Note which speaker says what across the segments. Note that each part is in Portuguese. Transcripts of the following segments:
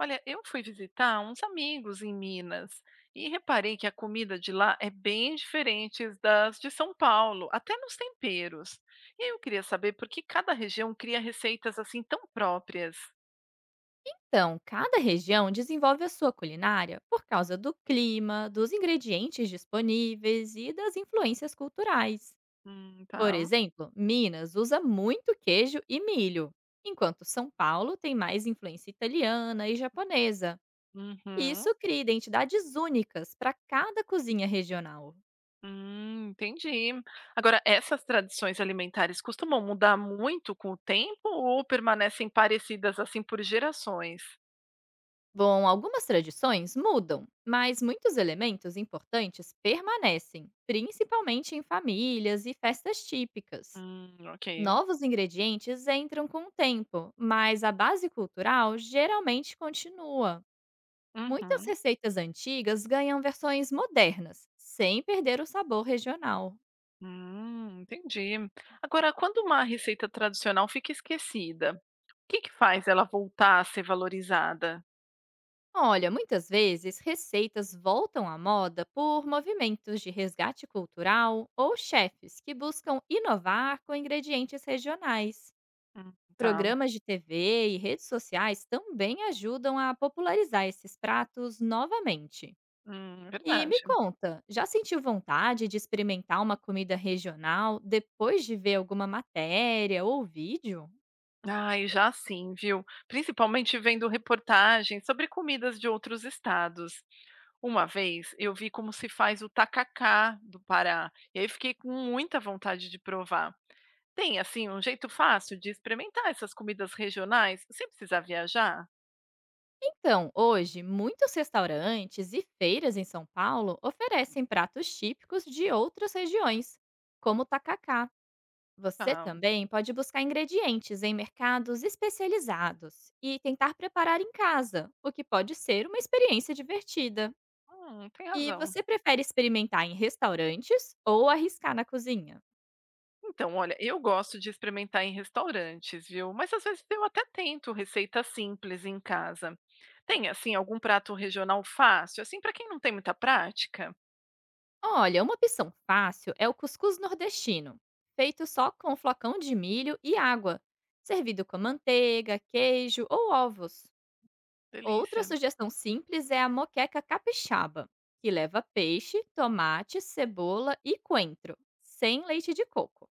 Speaker 1: Olha, eu fui visitar uns amigos em Minas e reparei que a comida de lá é bem diferente das de São Paulo, até nos temperos. E aí eu queria saber por que cada região cria receitas assim tão próprias.
Speaker 2: Então, cada região desenvolve a sua culinária por causa do clima, dos ingredientes disponíveis e das influências culturais. Por
Speaker 1: Tá.
Speaker 2: exemplo, Minas usa muito queijo e milho, enquanto São Paulo tem mais influência italiana e japonesa.
Speaker 1: Uhum.
Speaker 2: Isso cria identidades únicas para cada cozinha regional.
Speaker 1: Entendi. Agora, essas tradições alimentares costumam mudar muito com o tempo ou permanecem parecidas assim por gerações?
Speaker 2: Bom, algumas tradições mudam, mas muitos elementos importantes permanecem, principalmente em famílias e festas típicas.
Speaker 1: Ok.
Speaker 2: Novos ingredientes entram com o tempo, mas a base cultural geralmente continua. Muitas
Speaker 1: Uhum.
Speaker 2: receitas antigas ganham versões modernas, sem perder o sabor regional.
Speaker 1: Entendi. Agora, quando uma receita tradicional fica esquecida, o que que faz ela voltar a ser valorizada?
Speaker 2: Olha, muitas vezes receitas voltam à moda por movimentos de resgate cultural ou chefes que buscam inovar com ingredientes regionais.
Speaker 1: Tá.
Speaker 2: Programas de TV e redes sociais também ajudam a popularizar esses pratos novamente. E
Speaker 1: Verdade.
Speaker 2: me conta, já sentiu vontade de experimentar uma comida regional depois de ver alguma matéria ou vídeo?
Speaker 1: Ai, já sim, viu? Principalmente vendo reportagens sobre comidas de outros estados. Uma vez eu vi como se faz o tacacá do Pará, e aí fiquei com muita vontade de provar. Tem, assim, um jeito fácil de experimentar essas comidas regionais sem precisar viajar?
Speaker 2: Então, hoje, muitos restaurantes e feiras em São Paulo oferecem pratos típicos de outras regiões, como o tacacá. Você
Speaker 1: Ah,
Speaker 2: também pode buscar ingredientes em mercados especializados e tentar preparar em casa, o que pode ser uma experiência divertida.
Speaker 1: tem
Speaker 2: E
Speaker 1: razão.
Speaker 2: você prefere experimentar em restaurantes ou arriscar na cozinha?
Speaker 1: Então, olha, eu gosto de experimentar em restaurantes, viu? Mas às vezes eu até tento receitas simples em casa. Tem, assim, algum prato regional fácil, assim, para quem não tem muita prática?
Speaker 2: Olha, uma opção fácil é o cuscuz nordestino, feito só com flocão de milho e água, servido com manteiga, queijo ou ovos. Outra
Speaker 1: Delícia.
Speaker 2: sugestão simples é a moqueca capixaba, que leva peixe, tomate, cebola e coentro, sem leite de coco.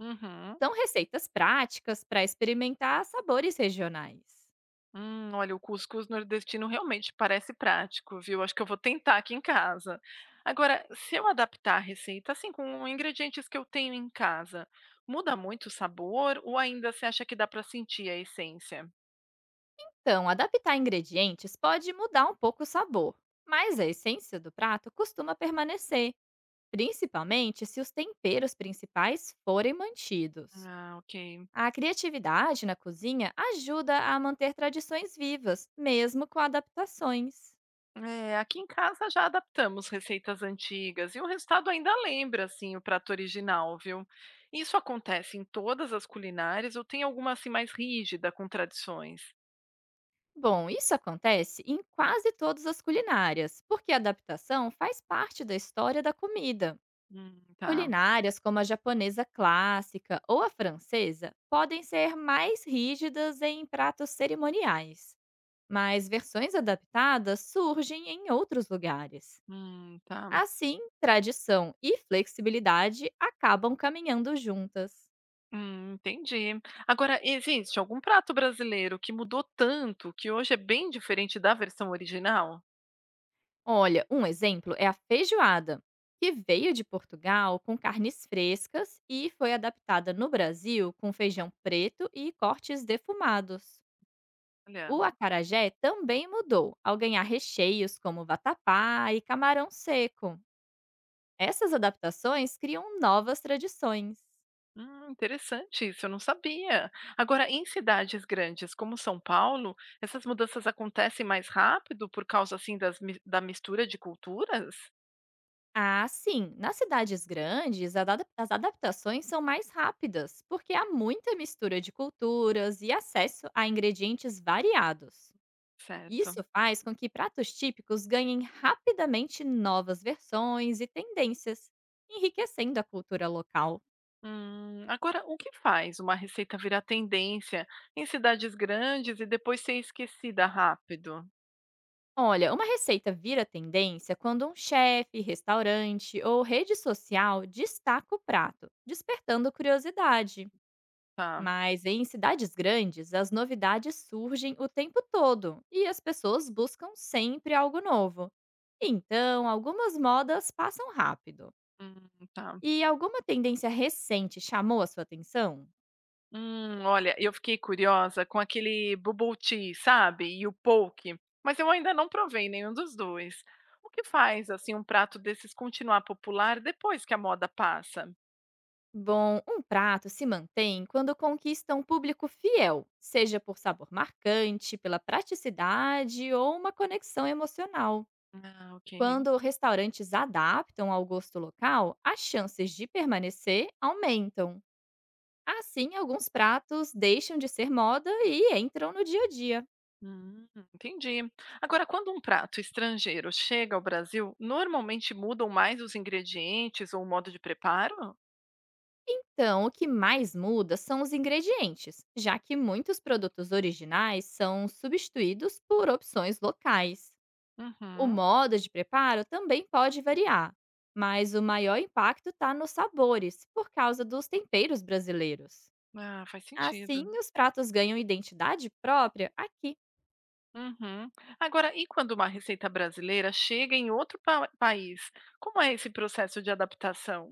Speaker 1: Uhum.
Speaker 2: São receitas práticas para experimentar sabores regionais.
Speaker 1: Olha, o cuscuz nordestino realmente parece prático, viu? Acho que eu vou tentar aqui em casa. Agora, se eu adaptar a receita, assim, com ingredientes que eu tenho em casa, muda muito o sabor ou ainda você acha que dá para sentir a essência?
Speaker 2: Então, adaptar ingredientes pode mudar um pouco o sabor, mas a essência do prato costuma permanecer, principalmente se os temperos principais forem mantidos.
Speaker 1: Ah, ok.
Speaker 2: A criatividade na cozinha ajuda a manter tradições vivas, mesmo com adaptações.
Speaker 1: É, aqui em casa já adaptamos receitas antigas e o resultado ainda lembra assim o prato original, viu? Isso acontece em todas as culinárias ou tem alguma assim mais rígida com tradições?
Speaker 2: Bom, isso acontece em quase todas as culinárias, porque a adaptação faz parte da história da comida.
Speaker 1: Tá.
Speaker 2: Culinárias como a japonesa clássica ou a francesa podem ser mais rígidas em pratos cerimoniais, mas versões adaptadas surgem em outros lugares.
Speaker 1: Tá.
Speaker 2: Assim, tradição e flexibilidade acabam caminhando juntas.
Speaker 1: Entendi. Agora, existe algum prato brasileiro que mudou tanto que hoje é bem diferente da versão original?
Speaker 2: Olha, um exemplo é a feijoada, que veio de Portugal com carnes frescas e foi adaptada no Brasil com feijão preto e cortes defumados.
Speaker 1: Olha.
Speaker 2: O acarajé também mudou ao ganhar recheios como vatapá e camarão seco. Essas adaptações criam novas tradições.
Speaker 1: Interessante isso, eu não sabia. Agora, em cidades grandes como São Paulo, essas mudanças acontecem mais rápido por causa assim da mistura de culturas?
Speaker 2: Ah, sim. Nas cidades grandes, as adaptações são mais rápidas, porque há muita mistura de culturas e acesso a ingredientes variados.
Speaker 1: Certo.
Speaker 2: Isso faz com que pratos típicos ganhem rapidamente novas versões e tendências, enriquecendo a cultura local.
Speaker 1: Agora, o que faz uma receita virar tendência em cidades grandes e depois ser esquecida rápido?
Speaker 2: Olha, uma receita vira tendência quando um chefe, restaurante ou rede social destaca o prato, despertando curiosidade.
Speaker 1: Tá.
Speaker 2: Mas em cidades grandes, as novidades surgem o tempo todo e as pessoas buscam sempre algo novo. Então, algumas modas passam rápido.
Speaker 1: Tá.
Speaker 2: E alguma tendência recente chamou a sua atenção?
Speaker 1: Olha, eu fiquei curiosa com aquele bubble tea, sabe, e o poke, mas eu ainda não provei nenhum dos dois. O que faz, assim, um prato desses continuar popular depois que a moda passa?
Speaker 2: Bom, um prato se mantém quando conquista um público fiel, seja por sabor marcante, pela praticidade ou uma conexão emocional.
Speaker 1: Ah, ok.
Speaker 2: Quando restaurantes adaptam ao gosto local, as chances de permanecer aumentam. Assim, alguns pratos deixam de ser moda e entram no dia a dia.
Speaker 1: Hum, entendi. Agora, quando um prato estrangeiro chega ao Brasil, normalmente mudam mais os ingredientes ou o modo de preparo?
Speaker 2: Então, o que mais muda são os ingredientes, já que muitos produtos originais são substituídos por opções locais. O
Speaker 1: Uhum.
Speaker 2: modo de preparo também pode variar, mas o maior impacto está nos sabores, por causa dos temperos brasileiros.
Speaker 1: Ah, faz
Speaker 2: Assim,
Speaker 1: sentido.
Speaker 2: os pratos ganham identidade própria aqui.
Speaker 1: Uhum. Agora, e quando uma receita brasileira chega em outro país? Como é esse processo de adaptação?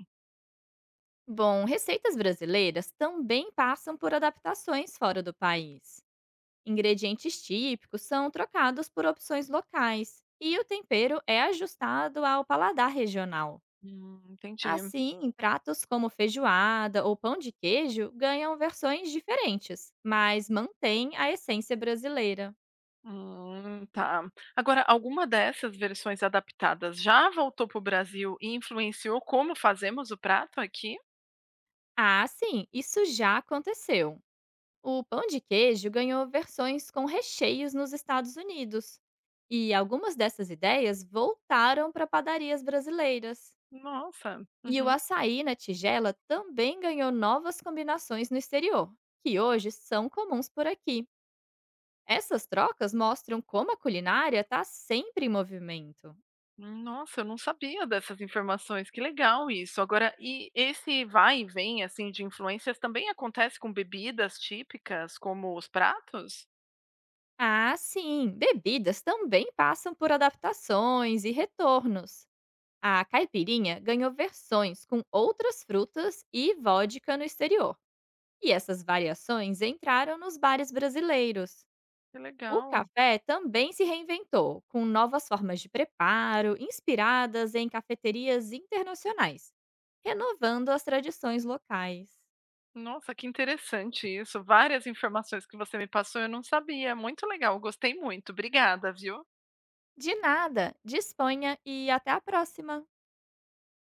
Speaker 2: Bom, receitas brasileiras também passam por adaptações fora do país. Ingredientes típicos são trocados por opções locais e o tempero é ajustado ao paladar regional.
Speaker 1: Entendi.
Speaker 2: Assim, pratos como feijoada ou pão de queijo ganham versões diferentes, mas mantêm a essência brasileira.
Speaker 1: Tá. Agora, alguma dessas versões adaptadas já voltou para o Brasil e influenciou como fazemos o prato aqui?
Speaker 2: Ah, sim, isso já aconteceu. O pão de queijo ganhou versões com recheios nos Estados Unidos. E algumas dessas ideias voltaram para padarias brasileiras.
Speaker 1: Nossa.
Speaker 2: E o
Speaker 1: Uhum.
Speaker 2: açaí na tigela também ganhou novas combinações no exterior, que hoje são comuns por aqui. Essas trocas mostram como a culinária está sempre em movimento.
Speaker 1: Nossa, eu não sabia dessas informações. Que legal isso. Agora, e esse vai e vem assim de influências também acontece com bebidas típicas, como os pratos?
Speaker 2: Ah, sim, bebidas também passam por adaptações e retornos. A caipirinha ganhou versões com outras frutas e vodka no exterior. E essas variações entraram nos bares brasileiros.
Speaker 1: Que
Speaker 2: O
Speaker 1: legal.
Speaker 2: café também se reinventou, com novas formas de preparo, inspiradas em cafeterias internacionais, renovando as tradições locais.
Speaker 1: Nossa, que interessante isso. Várias informações que você me passou, eu não sabia. Muito legal, gostei muito. Obrigada, viu?
Speaker 2: De nada, disponha e até a próxima!